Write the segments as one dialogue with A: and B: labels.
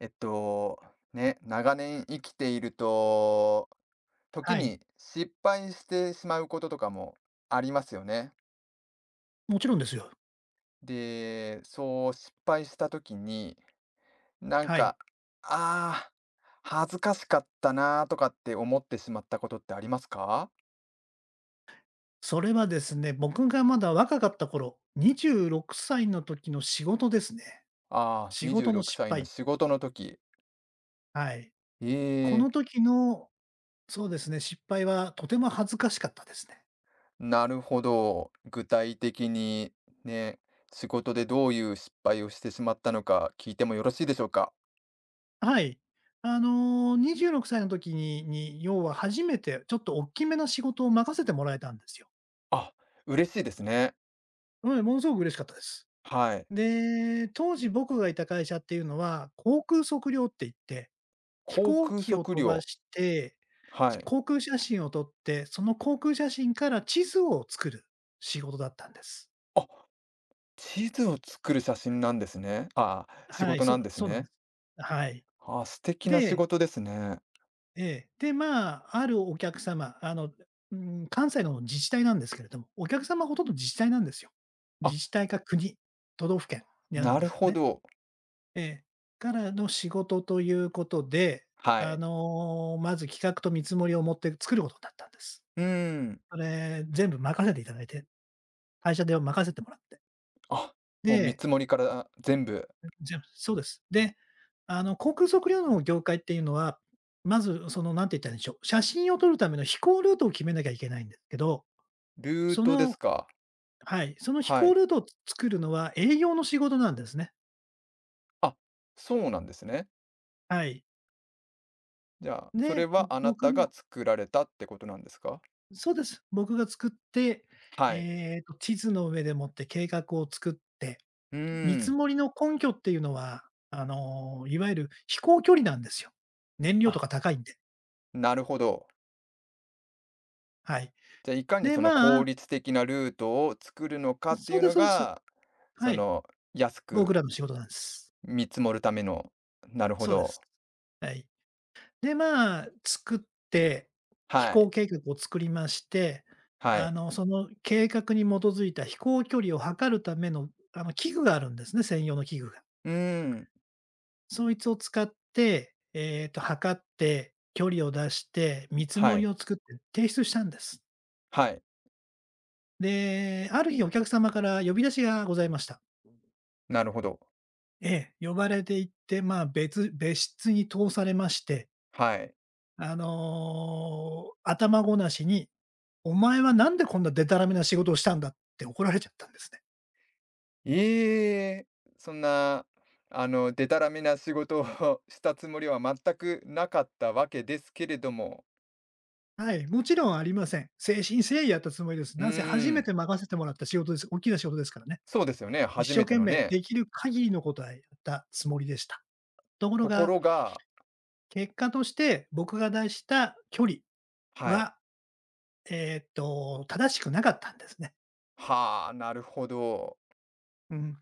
A: えっと、ね、長年生きていると、時
B: はい、
A: に失敗してしまうこととかもありますよね。
B: もちろんですよ。
A: で、そう失敗した時に、なん
B: はい。
A: か、ああ、恥ずかしかったなとかって思ってしまったことってありますか？
B: それはですね、僕がまだ若かった頃、26歳の時の仕事ですね。
A: ああー、
B: 仕事
A: 26
B: の失
A: 歳の
B: 敗。
A: 仕事の時。
B: はい。
A: え
B: こ
A: え、
B: の時の、そうですね、失敗はとても恥ずかしかったですね。
A: なるほど。具体的にね、仕事でどういう失敗をしてしまったのか聞いてもよろしいでしょうか？
B: はい。26歳の時に、要は初めてちょっと大きめな仕事を任せてもらえたんですよ。
A: あ、嬉しいですね。
B: うん、ものすごく嬉しかったです。
A: はい。
B: で、当時僕がいた会社っていうのは、航空測量って言って、飛
A: 航
B: 行
A: 空
B: 機を
A: 測
B: 飛ば
A: 量、
B: して
A: はい。
B: 航空写真を撮って、その航空写真から地図を作る仕事だったんです。
A: あ、地図を作る写真なんですね。あ、仕
B: はい、
A: 事なん
B: そ
A: です
B: そうなんで
A: ね。
B: す。はい。
A: ああ、素敵な仕
B: で、
A: 事ですね。
B: ええ、で、まあ、あるお客様、あの、うん、関西の自治体なんですけれども、お客様ほとんど自治体なんですよ。
A: あ、
B: 自治体か国、都道府県になるん
A: な
B: で
A: る
B: すけど
A: ほ
B: ね。
A: ど。
B: ええ。からの仕事ということで、
A: は
B: あ
A: い。
B: の、まず企画と見積もりを持って作ることになったんです。
A: うーん。
B: それ、全部任せていただいて、会社で任せてもらって。
A: あ、もう見
B: で、
A: 積もりから全部。
B: そうです。で、あの、航空測量の業界っていうのは、まずその、なんて言ったらいいんでしょう、写真を撮るための飛行ルートを決めなきゃいけないんですけど、
A: ルー
B: そ
A: トです
B: の、
A: か。
B: はい、その飛
A: は
B: 行
A: い。
B: ルートを作るのは営業の仕事なんですね。
A: あ、そうなんですね。
B: はい。
A: じゃあ、それ
B: で、
A: はあな
B: 僕
A: た
B: の
A: が作られたってことなんですか？
B: そうです。僕が作って、
A: はい。
B: 地図の上でもって計画を作って、
A: う
B: 見
A: ー
B: 積
A: ん。
B: もりの根拠っていうのは、あの、いわゆる飛行距離なんですよ。燃料と
A: あ、
B: か高いんで。
A: なるほど。
B: はい。
A: じゃあ、いかに
B: で、
A: その
B: ま
A: 効
B: あ、
A: 率的なルートを作るのかって
B: そ
A: い
B: う
A: う
B: です
A: の
B: そうです。
A: が、
B: は
A: そ
B: い、
A: の、安
B: 僕
A: く
B: らの仕事なんです。
A: 見積もるための、なるほ
B: そうで
A: ど。
B: す。はい。で、まあ、作って、飛
A: は
B: 行
A: い、
B: 計画を作りまして、
A: は
B: あ
A: い。
B: の、その計画に基づいた飛行距離を測るための、あの、器具があるんですね、専用の器具が。
A: うーん、
B: そいつを使って、測って、距離を出して、見積も
A: は
B: り
A: い、
B: を作って提出したんです。
A: はい、
B: で、ある日お客様から呼び出しがございました。
A: なるほど。
B: ええ、呼ばれて行って、まあ、別室に通されまして、
A: はい。
B: あの、頭ごなしに、お前はなんでこんなでたらめな仕事をしたんだって怒られちゃったんですね。
A: ええ、そんな、あの、でたらめな仕事を したつもりは全くなかったわけですけれども、
B: はい、もちろんありません。誠心誠意やったつもりです。
A: う
B: なんせ
A: ー
B: 初め
A: ん、
B: て任せてもらった仕事です。大きな仕事ですからね。
A: そうですよね、
B: 一
A: 初
B: 生
A: めて
B: 懸
A: の
B: 命
A: ね。
B: できる限りのことはやったつもりでした。ところ
A: とこ
B: が、
A: ろが、
B: 結果として僕が出した距離
A: はい。
B: は、正しくなかったんですね。
A: はあ、なるほど。
B: うん。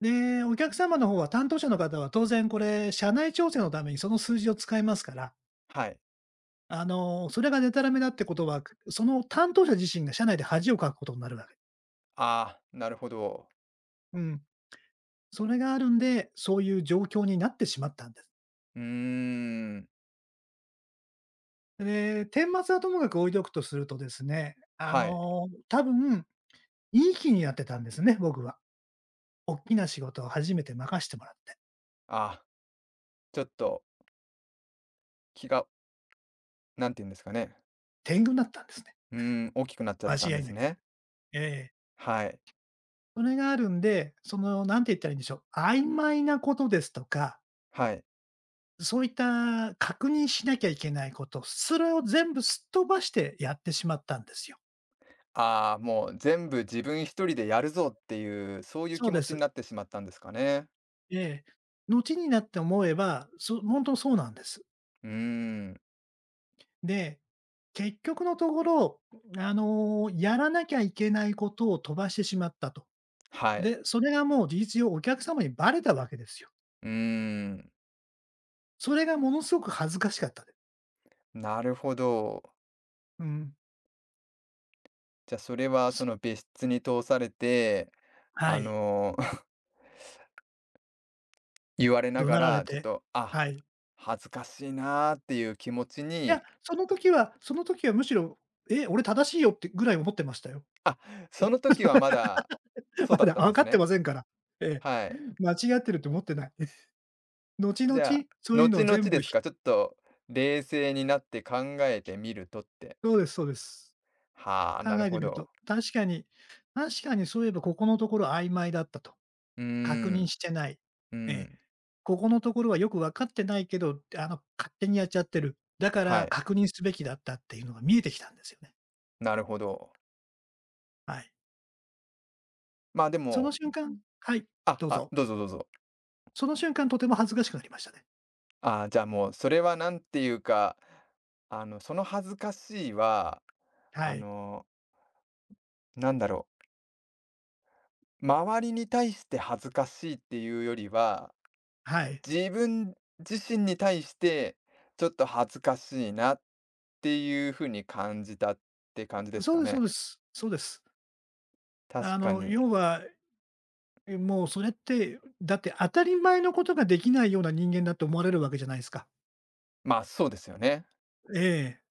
B: で、お客様の方は担当者の方は当然これ、社内調整のためにその数字を使いますから、
A: はい。
B: あの、それがデたらめだってことは、その担当者自身が社内で恥をかくことになるわけ。
A: ああ、なるほど。
B: うん。それがあるんで、そういう状況になってしまったんです。
A: うーん、
B: で、顛末はともかく置いておくとするとですね、あ
A: はい。
B: の、多分、いい気になってたんですね、僕は。大きな仕事を初めて任してもらって、
A: あ、ちょっと気が、なんて言うんですかね。
B: 天狗になったんですね、
A: うーん、大きくなっちゃっ
B: 間
A: てたん
B: 違
A: で
B: い
A: す
B: なく。
A: ね。
B: ええ。
A: はい。
B: それがあるんで、その、なんて言ったらいいんでしょう、曖昧なことですとか
A: はい。
B: そういった確認しなきゃいけないこと、それを全部すっ飛ばしてやってしまったんですよ。
A: ああ、もう全部自分一人でやるぞっていう、そういう
B: そう
A: 気
B: で
A: 持ちに
B: す。
A: なってしまったんですかね。
B: ええ。後になって思えば、そうなんです。
A: うーん、
B: で、結局のところ、あの、やらなきゃいけないことを飛ばしてしまったと。
A: はい。
B: で、それがもう事実上お客様にバレたわけですよ。
A: うーん、
B: それがものすごく恥ずかしかったです。
A: なるほど。
B: うん。
A: じゃあ、それはそ
B: そ
A: の別室に通されて、
B: は
A: あ
B: い。
A: の、言われな
B: 怒
A: が
B: 鳴られ
A: ら、ちょっ
B: て。
A: と、あ、
B: はい。
A: 恥ずかしいなーっていう気持ち
B: いや、
A: に。
B: その時はむしろ、え、俺正しいよってぐらい思ってましたよ。
A: あ、その時はまだ、そ
B: ま
A: うだっ
B: だ
A: たん
B: 分
A: で
B: か
A: す
B: って
A: ね。
B: ませんから。え
A: はい。
B: え、間違ってると思ってない。後々、
A: じゃあ、
B: そういうのを
A: 後々
B: 全
A: で
B: 部
A: す
B: ひ、
A: か、ちょっと冷静になって考えてみるとって。
B: そうですそうです。
A: はあ、
B: 考
A: なる
B: えて
A: ほ
B: みると、
A: ど。
B: 確かにそういえばここのところ曖昧だったと。
A: うー
B: 確認
A: ん、
B: してない。
A: う
B: ええ、
A: ん、
B: ここのところはよく分かってないけど、あの、勝手にやっちゃってる。だか
A: は
B: ら
A: い、
B: 確認すべきだったっていうのが見えてきたんですよね。
A: なるほど。
B: はい。
A: まあで
B: その
A: も、
B: 瞬間はい、
A: あ、
B: どう
A: あ、
B: ぞ。
A: どうぞどうぞ。
B: その瞬間とても恥ずかしくなりましたね。
A: ああ、じゃあもうそれはなんていうか、あの、その恥ずかしいは、
B: は
A: あ
B: い。
A: の、なんだろう、周りに対して恥ずかしいっていうよりは
B: はい。
A: 自分自身に対して、ちょっと恥ずかしいなっていう風に感じたって感じです
B: そう
A: か
B: ですそう
A: ね。
B: です。そうです。
A: 確
B: あ
A: か
B: の、
A: に。
B: 要は、え、もうそれって、だって当たり前のことができないような人間だって思われるわけじゃないですか。
A: まあ、そうですよね。
B: ええ。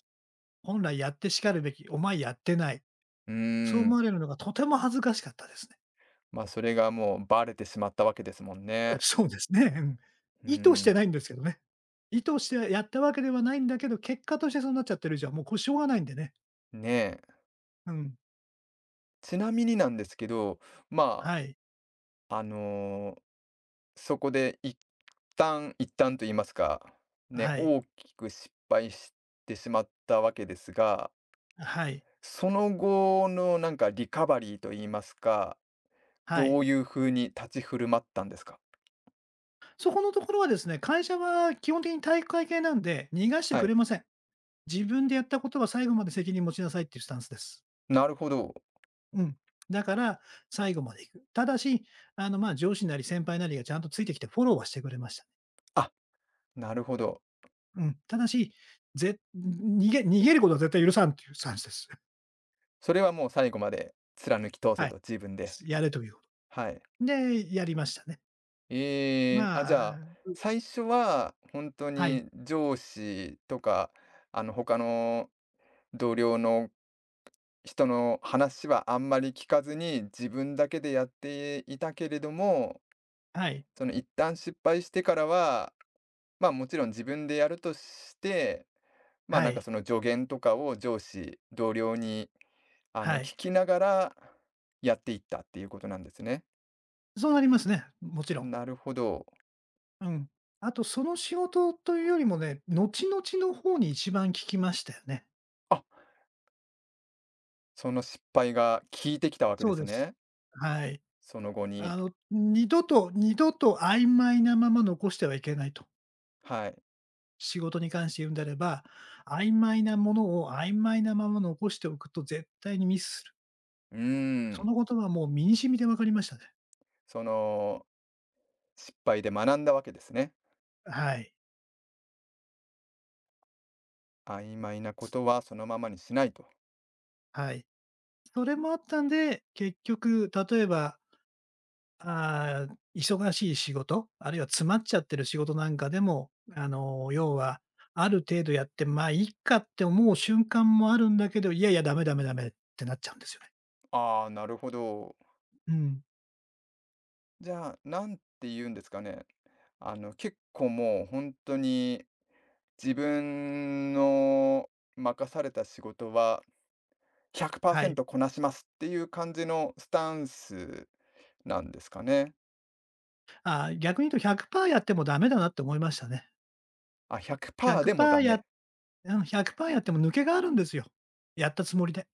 B: 本来やってしかるべき、お前やってない。
A: うー
B: そう思
A: ん。
B: われるのがとても恥ずかしかったですね。
A: ま、あそれがもうバレてしまったわけですもんね。
B: そうですね、うん。
A: うー
B: 意図して
A: ん。
B: ないんですけどね。意図してやったわけではないんだけど、結果としてそうなっちゃってる以上もうこれしょうがないんでね。
A: ねえ。
B: うん。
A: ちなみになんですけど、ま
B: はい。
A: あ、あの、そこで一旦と言いますか、ね、
B: はい。
A: 大きく失敗してしまったわけですが、
B: はい。
A: その後のなんかリカバリーと言いますか、
B: は
A: ど
B: い。
A: ういう風に立ち振る舞ったんですか？
B: そこのところはですね、会社は基本的に体育会系なんで、逃がして
A: は
B: く
A: い。
B: れません。自分でやったことは最後まで責任持ちなさいっていうスタンスです。
A: なるほど。
B: うん。だから、最後まで行く。ただし、あの、まあ、上司なり先輩なりがちゃんとついてきてフォローはしてくれましたね。
A: あ、なるほど。
B: うん。ただし、逃げることは絶対許さんっていうスタンスです。
A: それはもう最後まで貫き通
B: は
A: せ
B: い。
A: と、自分で。
B: やれということ。
A: はい。
B: で、やりましたね。ま
A: ええ、あ、じゃあ、
B: あ、
A: 最初は本当
B: はい、
A: に上司とか、あの、他の同僚の人の話はあんまり聞かずに、自分だけでやっていたけれども、
B: はい、
A: その一旦失敗してからは、まあ、もちろん自分でやるとして、まあ、
B: は
A: なんか
B: い、
A: その助言とかを上司、同僚に、あ
B: は
A: の聞
B: い。
A: きながらやっていったっていうことなんですね。
B: そうなりますね、もちろん。
A: なるほど。
B: うん。あと、その仕事というよりもね、後々の方に一番効きましたよね。
A: あ、その失敗が効いてきたわけ
B: そ
A: で
B: う
A: す
B: です。
A: ね。
B: はい。
A: その後に。
B: あの、二度と曖昧なまま残してはいけないと。
A: はい。
B: 仕事に関して言うんであれば、曖昧なものを曖昧なまま残しておくと絶対にミスする。
A: うー
B: そ
A: ん。
B: のことはもう身に染みて分かりましたね。
A: その失敗で学んだわけですね。
B: はい。
A: 曖昧なことはそのままにしないと。
B: はい。それもあったんで、結局、例えば、あー忙しい仕事、あるいは詰まっちゃってる仕事なんかでも、あの、要は、ある程度やって、まあ、いいかって思う瞬間もあるんだけど、いやいや、ダメってなっちゃうんですよね。
A: ああ、なるほど。
B: うん。
A: じゃあ、なんて言うんですかね。あの、結構もう本当に自分の任された仕事は
B: はい。
A: 100%こなしますっていう感じのスタンスなんですかね。
B: ああ、逆に言うと100パーやってもダメだなって思いましたね。
A: あ、100%
B: 100
A: でも
B: パー
A: ダ
B: や
A: メ。
B: うん、100パーやっても抜けがあるんですよ。やったつもりで。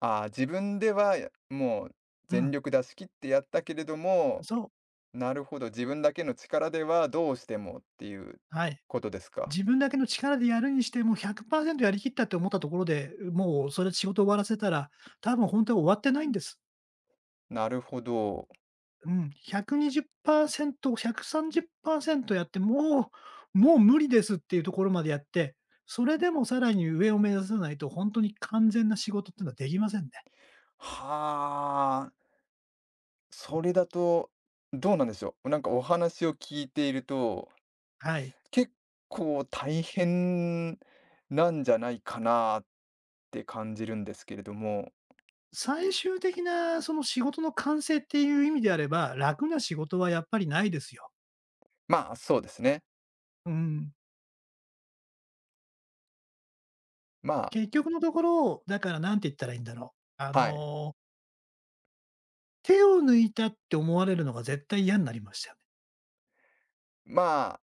A: あ、自分ではやもう
B: う
A: 全
B: ん。
A: 力出し切ってやったけれども、
B: そう、
A: なるほど、自分だけの力ではどうしてもっていう
B: はい。
A: ことですか。
B: 自分だけの力でやるにしても100%やりきったって思ったところで、もうそれ仕事終わらせたら、多分本当は終わってないんです。
A: なるほど。
B: うん、120%、130％やって、もう無理ですっていうところまでやって、それでもさらに上を目指さないと、本当に完全な仕事っていうのはできませんね。
A: はあ、それだとどうなんでしょう。なんかお話を聞いていると、
B: はい。
A: 結構大変なんじゃないかなって感じるんですけれども、
B: 最終的なその仕事の完成っていう意味であれば、楽な仕事はやっぱりないですよ。
A: まあ、そうですね。
B: うん。
A: まあ、
B: 結局のところ、だから何て言ったらいいんだろう。あ
A: はい。
B: の、手を抜いたって思われるのが絶対嫌になりましたよね。
A: ま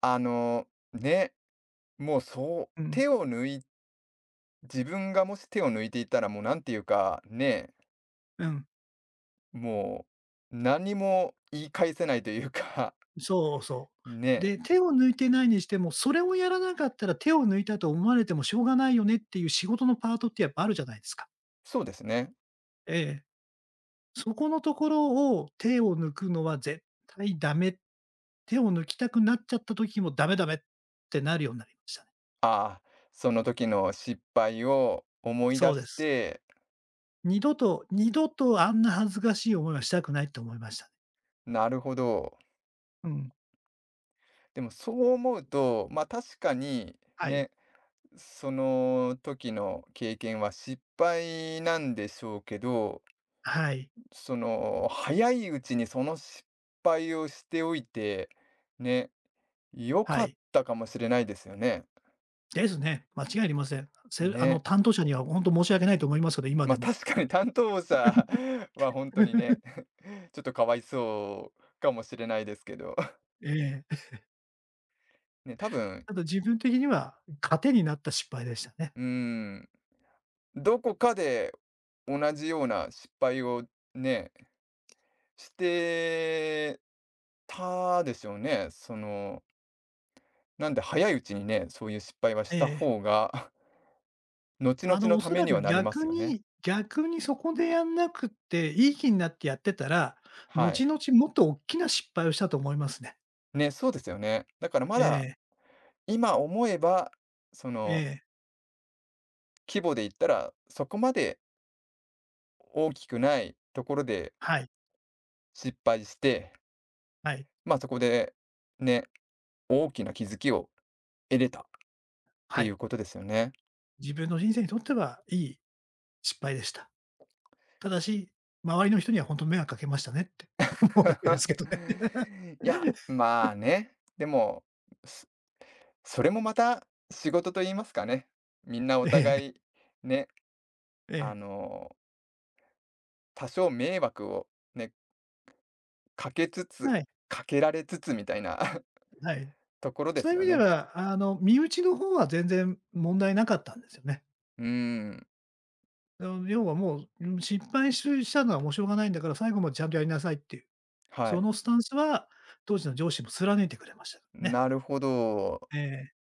A: あ、あの、ね、もうそ
B: う
A: う
B: ん。
A: 手を抜い、自分がもし手を抜いていたらもうなんていうか、ね、
B: うん。
A: もう何も言い返せないというか、
B: そうそ う。
A: ね、
B: で、手を抜いてないにしても、それをやらなかったら手を抜いたと思われてもしょうがないよねっていう仕事のパートってやっぱあるじゃないですか。
A: そうですね。
B: ええ。そこのところを手を抜くのは絶対ダメっ、手を抜きたくなっちゃった時もダメダメってなるようになりましたね。
A: ああ、その時の失敗を思い
B: そ
A: 出
B: うで
A: し
B: す。
A: て、
B: 二度とあんな恥ずかしい思いはしたくないって思いましたね。
A: なるほど。
B: うん。
A: でもそう思うと、まあ、確かに
B: はい。
A: ね、その時の経験は失敗なんでしょうけど、
B: はい。
A: その早いうちにその失敗をしておいて、ね、良
B: は
A: かっ
B: い。
A: たかもしれないですよね。
B: ですね。間違いありません。あの、
A: ね。
B: 担当者には本当申し訳ないと思いますけど、今
A: ま
B: で
A: あ、
B: も。
A: 確かに担当者 は本当にね、ちょっとかわいそうかもしれないですけど、
B: ええ。
A: ね、多分、
B: ただ自分的には糧になった失敗でしたね。
A: うーん、どこかで同じような失敗をねしてたですよね。その、なんで早いうちにね、そういう失敗は
B: え
A: した
B: え。
A: 方が 後々
B: あの、
A: の
B: お
A: た
B: そ
A: め
B: ら
A: に
B: く
A: はなりますよね。
B: 逆にそこでやんなくって、いい気になってやってたら、
A: はい。
B: 後々もっと大きな失敗をしたと思いますね。
A: ね、そうですよね。だからま
B: え
A: だ
B: え。
A: 今思えば、そ
B: え
A: の
B: え、
A: 規模で言ったらそこまで大きくないところで
B: はい、
A: 失敗して、
B: はい、
A: まあそこでね、大きな気づきを得れたって
B: は
A: い
B: い。
A: うことですよね。
B: 自分の人生にとってはいい失敗でした。ただし、周りの人には本当と迷惑かけましたねって 思うだけですけどね。
A: いや、まあね。でも、それもまた仕事と言いますかね、みんなお
B: ええ、
A: 互いね、
B: え
A: あ
B: え。
A: の、多少迷惑をね、かけつつ、
B: はい、
A: かけられつつみたいな
B: はい。
A: ところで
B: そう
A: す
B: いう
A: よ
B: 意味で
A: ね。
B: は、あの、身内の方は全然問題なかったんですよね。
A: うーん、
B: あの、要はもう、うん、失敗ししたのはもうしょうがないんだから、最後までちゃんとやりなさいっていう、
A: は
B: そ
A: い。
B: のスタンスは当時の上司も貫いてくれましたからね。
A: なるほど。
B: ええ。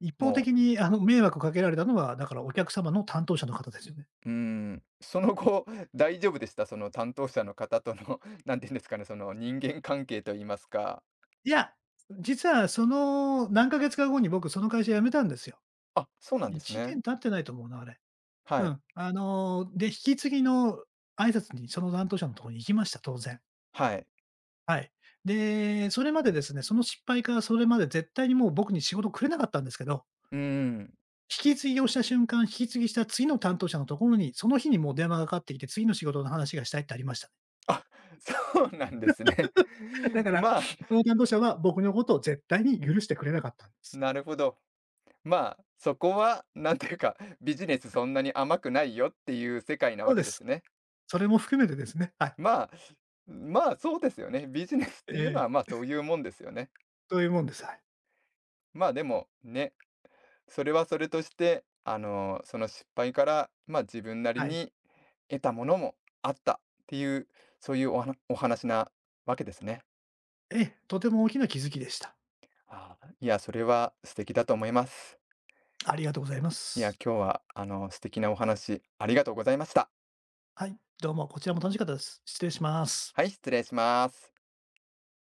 B: 一方
A: も
B: 的にあの、迷惑かけられたのは、だからお客様の担当者の方ですよね？
A: う、うーん、その後、大丈夫でした。その担当者の方との、なんて言うんですかね、その人間関係と言いますか。
B: いや、実はその何ヶ月か後に僕その会社辞めたんですよ。
A: あ、そうなんです
B: 1
A: ね。
B: 年経ってないと思うな、あれ。
A: は
B: う
A: い。
B: ん。あの、で、引き継ぎの挨拶にその担当者のところに行きました、当然。
A: はい。
B: はい。で、それまでですね、その失敗からそれまで絶対にもう僕に仕事くれなかったんですけど、
A: うーん。
B: 引き継ぎをした瞬間、引き継ぎした次の担当者のところに、その日にもう電話がかかってきて、次の仕事の話がしたいってありました。
A: あ、そうなんですね。
B: だか ら、
A: まあ、
B: その担当者は僕のことを絶対に許してくれなかったんです。
A: なるほど。まあ、そこはなんていうか、ビジネスそんなに甘くないよっていう世界な
B: そ
A: わ
B: うで
A: けで
B: す。
A: すね。
B: それも含めてですね、はい。
A: まあ、まあ、そうですよね。ビジネスっ
B: え
A: ていうのは、
B: え、
A: まあ、そういうもんですよね。
B: そういうもんです。はい。
A: まあ、でもね、それはそれとして、あの、その失敗から、まあ、自分なり
B: はい。
A: に得たものもあったっていう、そういうおはお話なわけですね。
B: ええ、とても大きな気づきでした。
A: ああ、いや、それは素敵だと思います。
B: ありがとうございま
A: いや、
B: す。
A: 今日はあの、素敵なお話ありがとうございました。
B: はい、どうもこちらも楽しかったです。失礼します。
A: はい、失礼します。